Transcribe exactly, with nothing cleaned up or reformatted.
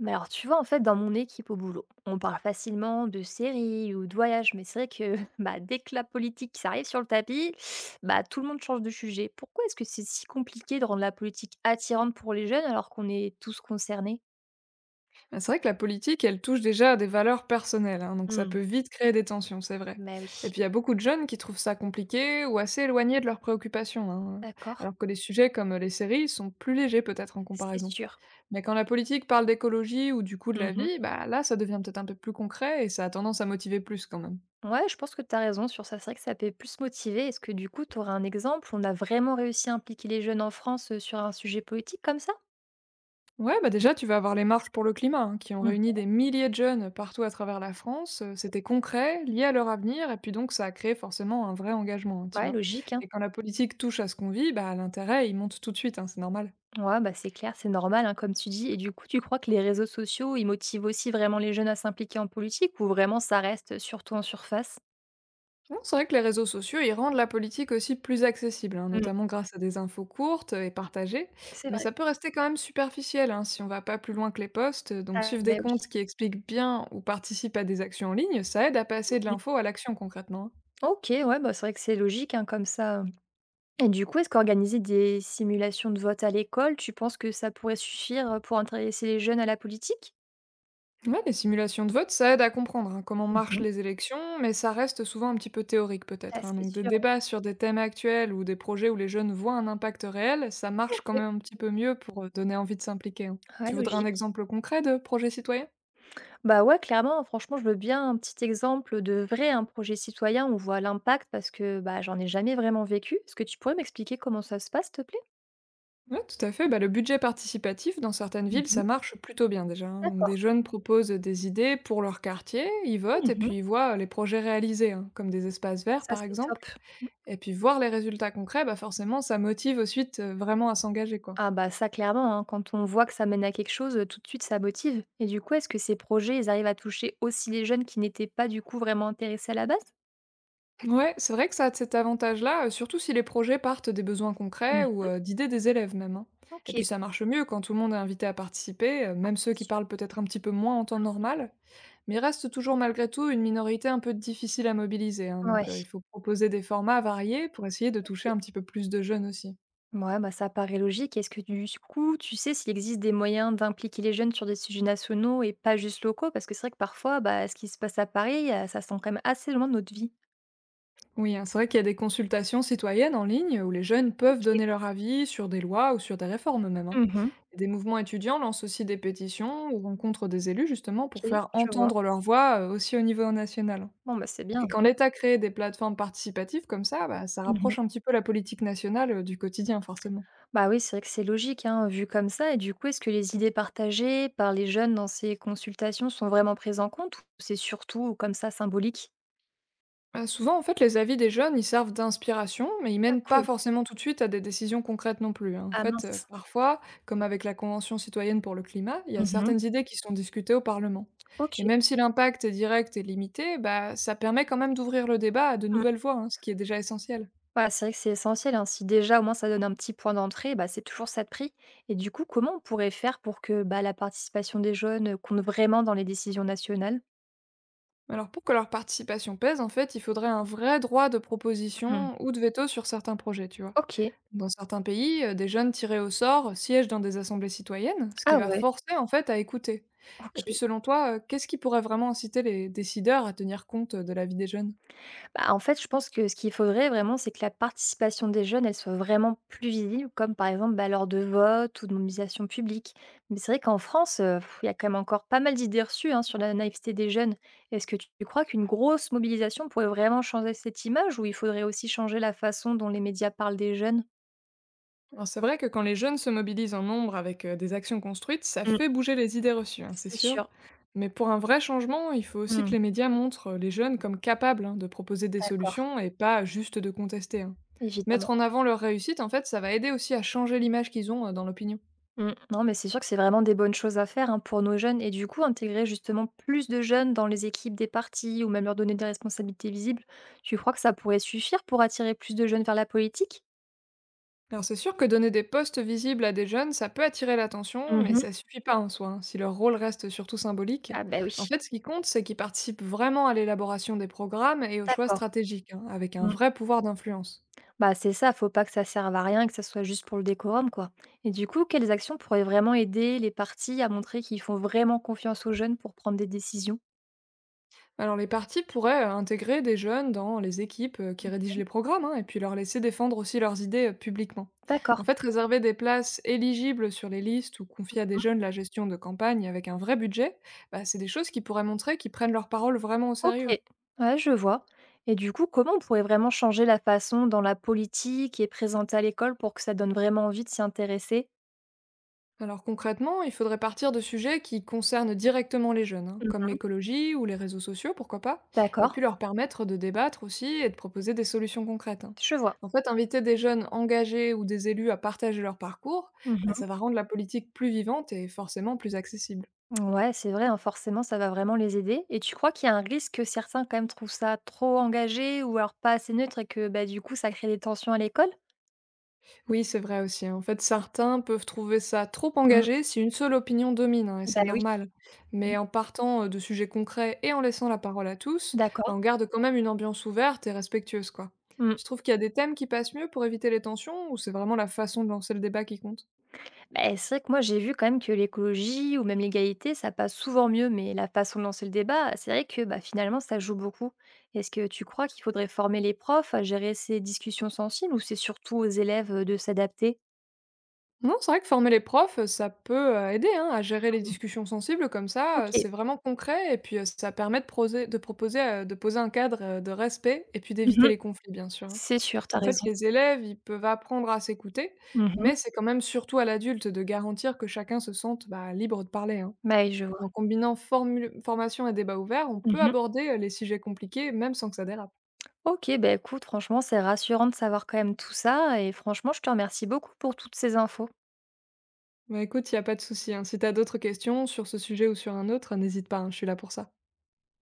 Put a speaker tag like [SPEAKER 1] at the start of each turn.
[SPEAKER 1] Mais alors, tu vois, en fait, dans mon équipe au boulot, on parle facilement de séries ou de voyages, mais c'est vrai que bah, dès que la politique ça arrive sur le tapis, bah, tout le monde change de sujet. Pourquoi est-ce que c'est si compliqué de rendre la politique attirante pour les jeunes alors qu'on est tous concernés?
[SPEAKER 2] Bah, c'est vrai que la politique, elle touche déjà à des valeurs personnelles, hein, donc ça
[SPEAKER 1] Hmm,
[SPEAKER 2] peut vite créer des tensions, c'est vrai.
[SPEAKER 1] bah
[SPEAKER 2] Et
[SPEAKER 1] oui,
[SPEAKER 2] puis il y a beaucoup de jeunes qui trouvent ça compliqué ou assez éloigné de leurs préoccupations, hein,
[SPEAKER 1] d'accord,
[SPEAKER 2] alors que des sujets comme les séries sont plus légers peut-être en
[SPEAKER 1] c'est
[SPEAKER 2] comparaison.
[SPEAKER 1] sûr.
[SPEAKER 2] Mais quand la politique parle d'écologie ou du coût de la
[SPEAKER 1] Mhm.
[SPEAKER 2] vie, bah là ça devient peut-être un peu plus concret et ça a tendance à motiver plus quand même.
[SPEAKER 1] Ouais, je pense que tu as raison sur ça. C'est vrai que ça peut plus motiver. Est-ce que du coup, tu aurais un exemple où on a vraiment réussi à impliquer les jeunes en France euh, sur un sujet politique comme ça?
[SPEAKER 2] Ouais, bah déjà, tu vas avoir les marches pour le climat, hein, qui ont
[SPEAKER 1] Hmm,
[SPEAKER 2] réuni des milliers de jeunes partout à travers la France. Euh, C'était concret, lié à leur avenir, et puis donc ça a créé forcément un vrai engagement, hein, tu
[SPEAKER 1] ouais,
[SPEAKER 2] vois.
[SPEAKER 1] logique, hein.
[SPEAKER 2] Et quand la politique touche à ce qu'on vit, bah l'intérêt, il monte tout de suite, hein, c'est normal.
[SPEAKER 1] Ouais, bah, c'est clair, c'est normal, hein, comme tu dis. Et du coup, tu crois que les réseaux sociaux, ils motivent aussi vraiment les jeunes à s'impliquer en politique ou vraiment ça reste surtout en surface?
[SPEAKER 2] Non, c'est vrai que les réseaux sociaux, ils rendent la politique aussi plus accessible, hein,
[SPEAKER 1] Mmh.
[SPEAKER 2] notamment grâce à des infos courtes et partagées,
[SPEAKER 1] C'est
[SPEAKER 2] mais
[SPEAKER 1] vrai.
[SPEAKER 2] ça peut rester quand même superficiel, hein, si on va pas plus loin que les posts. Donc
[SPEAKER 1] Ah
[SPEAKER 2] suivre
[SPEAKER 1] bah
[SPEAKER 2] des comptes
[SPEAKER 1] oui.
[SPEAKER 2] qui expliquent bien ou participent à des actions en ligne, ça aide à passer de
[SPEAKER 1] Mmh.
[SPEAKER 2] l'info à l'action concrètement, hein.
[SPEAKER 1] OK, ouais, bah, c'est vrai que c'est logique, hein, comme ça, et du coup, est-ce qu'organiser des simulations de vote à l'école, tu penses que ça pourrait suffire, euh, pour intéresser les jeunes à la politique?
[SPEAKER 2] Ouais, les simulations de vote, ça aide à comprendre, hein, comment marchent
[SPEAKER 1] Mmh.
[SPEAKER 2] les élections, mais ça reste souvent un petit peu théorique
[SPEAKER 1] Ah,
[SPEAKER 2] peut-être, hein.
[SPEAKER 1] c'est
[SPEAKER 2] Donc des
[SPEAKER 1] sûr.
[SPEAKER 2] débats sur des thèmes actuels ou des projets où les jeunes voient un impact réel, ça marche
[SPEAKER 1] OK.
[SPEAKER 2] quand même un petit peu mieux pour euh, donner envie de s'impliquer, hein.
[SPEAKER 1] Ouais,
[SPEAKER 2] Tu voudrais un
[SPEAKER 1] logique.
[SPEAKER 2] exemple concret de projet citoyen?
[SPEAKER 1] Bah ouais, clairement, franchement, je veux bien un petit exemple de vrai un projet citoyen où on voit l'impact parce que bah, j'en ai jamais vraiment vécu. Est-ce que tu pourrais m'expliquer comment ça se passe, s'il te plaît?
[SPEAKER 2] Oui, tout à fait. Bah, le budget participatif, dans certaines villes,
[SPEAKER 1] Mhm.
[SPEAKER 2] ça marche plutôt bien déjà, hein. Donc des
[SPEAKER 1] D'accord.
[SPEAKER 2] jeunes proposent des idées pour leur quartier, ils votent et
[SPEAKER 1] Mhm.
[SPEAKER 2] puis ils voient euh, les projets réalisés, hein, comme des espaces verts
[SPEAKER 1] Ça,
[SPEAKER 2] par
[SPEAKER 1] c'est
[SPEAKER 2] exemple.
[SPEAKER 1] top.
[SPEAKER 2] Et puis voir les résultats concrets, bah forcément, ça motive ensuite euh, vraiment à s'engager, quoi.
[SPEAKER 1] Ah bah ça, clairement, hein, quand on voit que ça mène à quelque chose, euh, tout de suite, ça motive. Et du coup, est-ce que ces projets, ils arrivent à toucher aussi les jeunes qui n'étaient pas du coup vraiment intéressés à la base?
[SPEAKER 2] Ouais, c'est vrai que ça a de cet avantage-là, heu, surtout si les projets partent des besoins concrets ou,
[SPEAKER 1] Mhm.
[SPEAKER 2] heu, d'idées des élèves même, hein.
[SPEAKER 1] OK,
[SPEAKER 2] Et puis ça marche mieux quand tout le monde est invité à participer, heu,
[SPEAKER 1] ah,
[SPEAKER 2] même ceux
[SPEAKER 1] c'est
[SPEAKER 2] qui
[SPEAKER 1] sûr.
[SPEAKER 2] parlent peut-être un petit peu moins en temps normal. Mais il reste toujours malgré tout une minorité un peu difficile à mobiliser, hein, donc,
[SPEAKER 1] Ouais.
[SPEAKER 2] heu, il faut proposer des formats variés pour essayer de toucher
[SPEAKER 1] OK.
[SPEAKER 2] un petit peu plus de jeunes aussi.
[SPEAKER 1] Ouais, bah, ça paraît logique. Est-ce que du coup, tu sais s'il existe des moyens d'impliquer les jeunes sur des sujets nationaux et pas juste locaux? Parce que c'est vrai que parfois, bah, ce qui se passe à Paris, heu, ça sent quand même assez loin de notre vie.
[SPEAKER 2] Oui, hein, c'est vrai qu'il y a des consultations citoyennes en ligne où les jeunes peuvent
[SPEAKER 1] OK.
[SPEAKER 2] donner leur avis sur des lois ou sur des réformes même, hein.
[SPEAKER 1] Mmh.
[SPEAKER 2] Des mouvements étudiants lancent aussi des pétitions ou rencontrent des élus justement
[SPEAKER 1] OK.
[SPEAKER 2] pour faire
[SPEAKER 1] Je, Mmh, vois.
[SPEAKER 2] entendre leur voix euh, aussi au niveau national.
[SPEAKER 1] Bon, bah, c'est bien.
[SPEAKER 2] Et quand l'État crée des plateformes participatives comme ça, bah, ça
[SPEAKER 1] Mmh.
[SPEAKER 2] rapproche un petit peu la politique nationale euh, du quotidien forcément.
[SPEAKER 1] Bah, oui, c'est vrai que c'est logique, hein, vu comme ça, et du coup, est-ce que les idées partagées par les jeunes dans ces consultations sont vraiment prises en compte ou c'est surtout comme ça symbolique?
[SPEAKER 2] Bah, souvent, en fait, les avis des jeunes, ils servent d'inspiration, mais ils
[SPEAKER 1] Ah
[SPEAKER 2] mènent pas
[SPEAKER 1] cool.
[SPEAKER 2] forcément tout de suite à des décisions concrètes non plus, hein. En
[SPEAKER 1] Ah
[SPEAKER 2] fait, euh,
[SPEAKER 1] mince.
[SPEAKER 2] parfois, comme avec la Convention citoyenne pour le climat, il y a
[SPEAKER 1] Mmh.
[SPEAKER 2] certaines idées qui sont discutées au Parlement. Et
[SPEAKER 1] OK.
[SPEAKER 2] même si l'impact est direct et limité, bah, ça permet quand même d'ouvrir le débat à de
[SPEAKER 1] Mmh.
[SPEAKER 2] nouvelles voies, hein, ce qui est déjà essentiel.
[SPEAKER 1] Bah, c'est vrai que c'est essentiel, hein. Si déjà, au moins, ça donne un petit point d'entrée, bah, c'est toujours ça de prix. Et du coup, comment on pourrait faire pour que bah, la participation des jeunes euh, compte vraiment dans les décisions nationales?
[SPEAKER 2] Alors pour que leur participation pèse, en fait, il faudrait un vrai droit de
[SPEAKER 1] Mmh.
[SPEAKER 2] proposition ou de veto sur certains projets, tu vois.
[SPEAKER 1] OK.
[SPEAKER 2] Dans certains pays, heu, des jeunes tirés au sort siègent dans des assemblées citoyennes, ce qui
[SPEAKER 1] Ah
[SPEAKER 2] va
[SPEAKER 1] ouais,
[SPEAKER 2] forcer en fait à écouter. Et puis
[SPEAKER 1] OK.
[SPEAKER 2] selon toi, heu, qu'est-ce qui pourrait vraiment inciter les décideurs à tenir compte, heu, de la vie des jeunes?
[SPEAKER 1] Bah, en fait, je pense que ce qu'il faudrait vraiment, c'est que la participation des jeunes, elle soit vraiment plus visible, comme par exemple bah, lors de votes ou de mobilisations publiques. Mais c'est vrai qu'en France, euh, pff, il y a quand même encore pas mal d'idées reçues hein, sur la naïveté des jeunes. Est-ce que tu tu crois qu'une grosse mobilisation pourrait vraiment changer cette image ou il faudrait aussi changer la façon dont les médias parlent des jeunes?
[SPEAKER 2] Alors c'est vrai que quand les jeunes se mobilisent en nombre avec, heu, des actions construites, ça
[SPEAKER 1] Mm,
[SPEAKER 2] fait bouger les idées reçues, hein, c'est
[SPEAKER 1] c'est
[SPEAKER 2] sûr.
[SPEAKER 1] sûr.
[SPEAKER 2] Mais pour un vrai changement, il faut aussi que
[SPEAKER 1] Mm,
[SPEAKER 2] les médias montrent, heu, les jeunes comme capables, hein, de proposer des
[SPEAKER 1] d'accord.
[SPEAKER 2] solutions et pas juste de contester, hein.
[SPEAKER 1] Évidemment.
[SPEAKER 2] Mettre en avant leur réussite, en fait, ça va aider aussi à changer l'image qu'ils ont, heu, dans l'opinion.
[SPEAKER 1] Mmh. Non, mais c'est sûr que c'est vraiment des bonnes choses à faire, hein, pour nos jeunes, et du coup, intégrer justement plus de jeunes dans les équipes des partis ou même leur donner des responsabilités visibles, tu crois que ça pourrait suffire pour attirer plus de jeunes vers la politique?
[SPEAKER 2] Alors c'est sûr que donner des postes visibles à des jeunes, ça peut attirer l'attention, mais
[SPEAKER 1] Mmh.
[SPEAKER 2] ça suffit pas en soi, hein, si leur rôle reste surtout symbolique.
[SPEAKER 1] Ah bah oui,
[SPEAKER 2] En fait, ce qui compte, c'est qu'ils participent vraiment à l'élaboration des programmes et aux choix
[SPEAKER 1] d'accord.
[SPEAKER 2] stratégiques, hein, avec un
[SPEAKER 1] Mmh.
[SPEAKER 2] vrai pouvoir d'influence.
[SPEAKER 1] Bah, c'est ça, faut pas que ça serve à rien et que ça soit juste pour le décorum, quoi, et du coup, quelles actions pourraient vraiment aider les partis à montrer qu'ils font vraiment confiance aux jeunes pour prendre des décisions?
[SPEAKER 2] Alors les partis pourraient euh, intégrer des jeunes dans les équipes euh, qui rédigent les programmes, hein, et puis leur laisser défendre aussi leurs idées euh, publiquement.
[SPEAKER 1] D'accord.
[SPEAKER 2] En fait, réserver des places éligibles sur les listes ou confier à des
[SPEAKER 1] Mmh.
[SPEAKER 2] jeunes la gestion de campagne avec un vrai budget, bah, c'est des choses qui pourraient montrer qu'ils prennent leur parole vraiment au
[SPEAKER 1] OK,
[SPEAKER 2] sérieux.
[SPEAKER 1] ouais, je vois. Et du coup, comment on pourrait vraiment changer la façon dont la politique est présentée à l'école pour que ça donne vraiment envie de s'y intéresser?
[SPEAKER 2] Alors concrètement, il faudrait partir de sujets qui concernent directement les jeunes, hein, comme
[SPEAKER 1] Mmh.
[SPEAKER 2] l'écologie ou les réseaux sociaux, pourquoi pas, et
[SPEAKER 1] D'accord,
[SPEAKER 2] puis leur permettre de débattre aussi et de proposer des solutions concrètes, hein.
[SPEAKER 1] je vois.
[SPEAKER 2] En fait, inviter des jeunes engagés ou des élus à partager leur parcours, bah,
[SPEAKER 1] Mmh.
[SPEAKER 2] ça va rendre la politique plus vivante et forcément plus accessible.
[SPEAKER 1] Ouais, c'est vrai, hein, forcément, ça va vraiment les aider. Et tu crois qu'il y a un risque que certains, quand même, trouvent ça trop engagé ou alors pas assez neutre et que, bah, du coup, ça crée des tensions à l'école?
[SPEAKER 2] Oui, c'est vrai aussi, hein. En fait, certains peuvent trouver ça trop
[SPEAKER 1] Mmh.
[SPEAKER 2] engagé si une seule opinion domine, hein, et
[SPEAKER 1] Bah
[SPEAKER 2] c'est
[SPEAKER 1] oui.
[SPEAKER 2] normal.
[SPEAKER 1] Mmh.
[SPEAKER 2] Mais en partant euh, de sujets concrets et en laissant la parole à tous,
[SPEAKER 1] D'accord.
[SPEAKER 2] ben on garde quand même une ambiance ouverte et respectueuse, quoi.
[SPEAKER 1] Mmh.
[SPEAKER 2] Tu trouves qu'il y a des thèmes qui passent mieux pour éviter les tensions, ou c'est vraiment la façon de lancer le débat qui compte?
[SPEAKER 1] Beh, c'est vrai que moi j'ai vu quand même que l'écologie ou même l'égalité, ça passe souvent mieux, mais la façon de lancer le débat, c'est vrai que bah, finalement ça joue beaucoup. Est-ce que tu crois qu'il faudrait former les profs à gérer ces discussions sensibles ou c'est surtout aux élèves euh, de s'adapter?
[SPEAKER 2] Non, c'est vrai que former les profs, euh, ça peut euh, aider, hein, à gérer les discussions sensibles comme ça.
[SPEAKER 1] OK,
[SPEAKER 2] euh, C'est vraiment concret et puis euh, ça permet de, proser- de proposer, euh, de poser un cadre euh, de respect et puis d'éviter
[SPEAKER 1] mhm,
[SPEAKER 2] les conflits, bien sûr, hein.
[SPEAKER 1] c'est sûr, t'as
[SPEAKER 2] En fait,
[SPEAKER 1] raison.
[SPEAKER 2] les élèves, ils peuvent apprendre à s'écouter,
[SPEAKER 1] Mhm.
[SPEAKER 2] mais c'est quand même surtout à l'adulte de garantir que chacun se sente bah, libre de parler, hein.
[SPEAKER 1] Bah oui, je vois.
[SPEAKER 2] En combinant formule- formation et débat ouvert, on peut
[SPEAKER 1] Mhm.
[SPEAKER 2] aborder euh, les sujets compliqués, même sans que ça dérape.
[SPEAKER 1] OK, bah écoute, franchement c'est rassurant de savoir quand même tout ça, et franchement je te remercie beaucoup pour toutes ces infos.
[SPEAKER 2] Bah, écoute, il n'y a pas de souci, hein. Si tu as d'autres questions sur ce sujet ou sur un autre, n'hésite pas, hein, je suis là pour ça.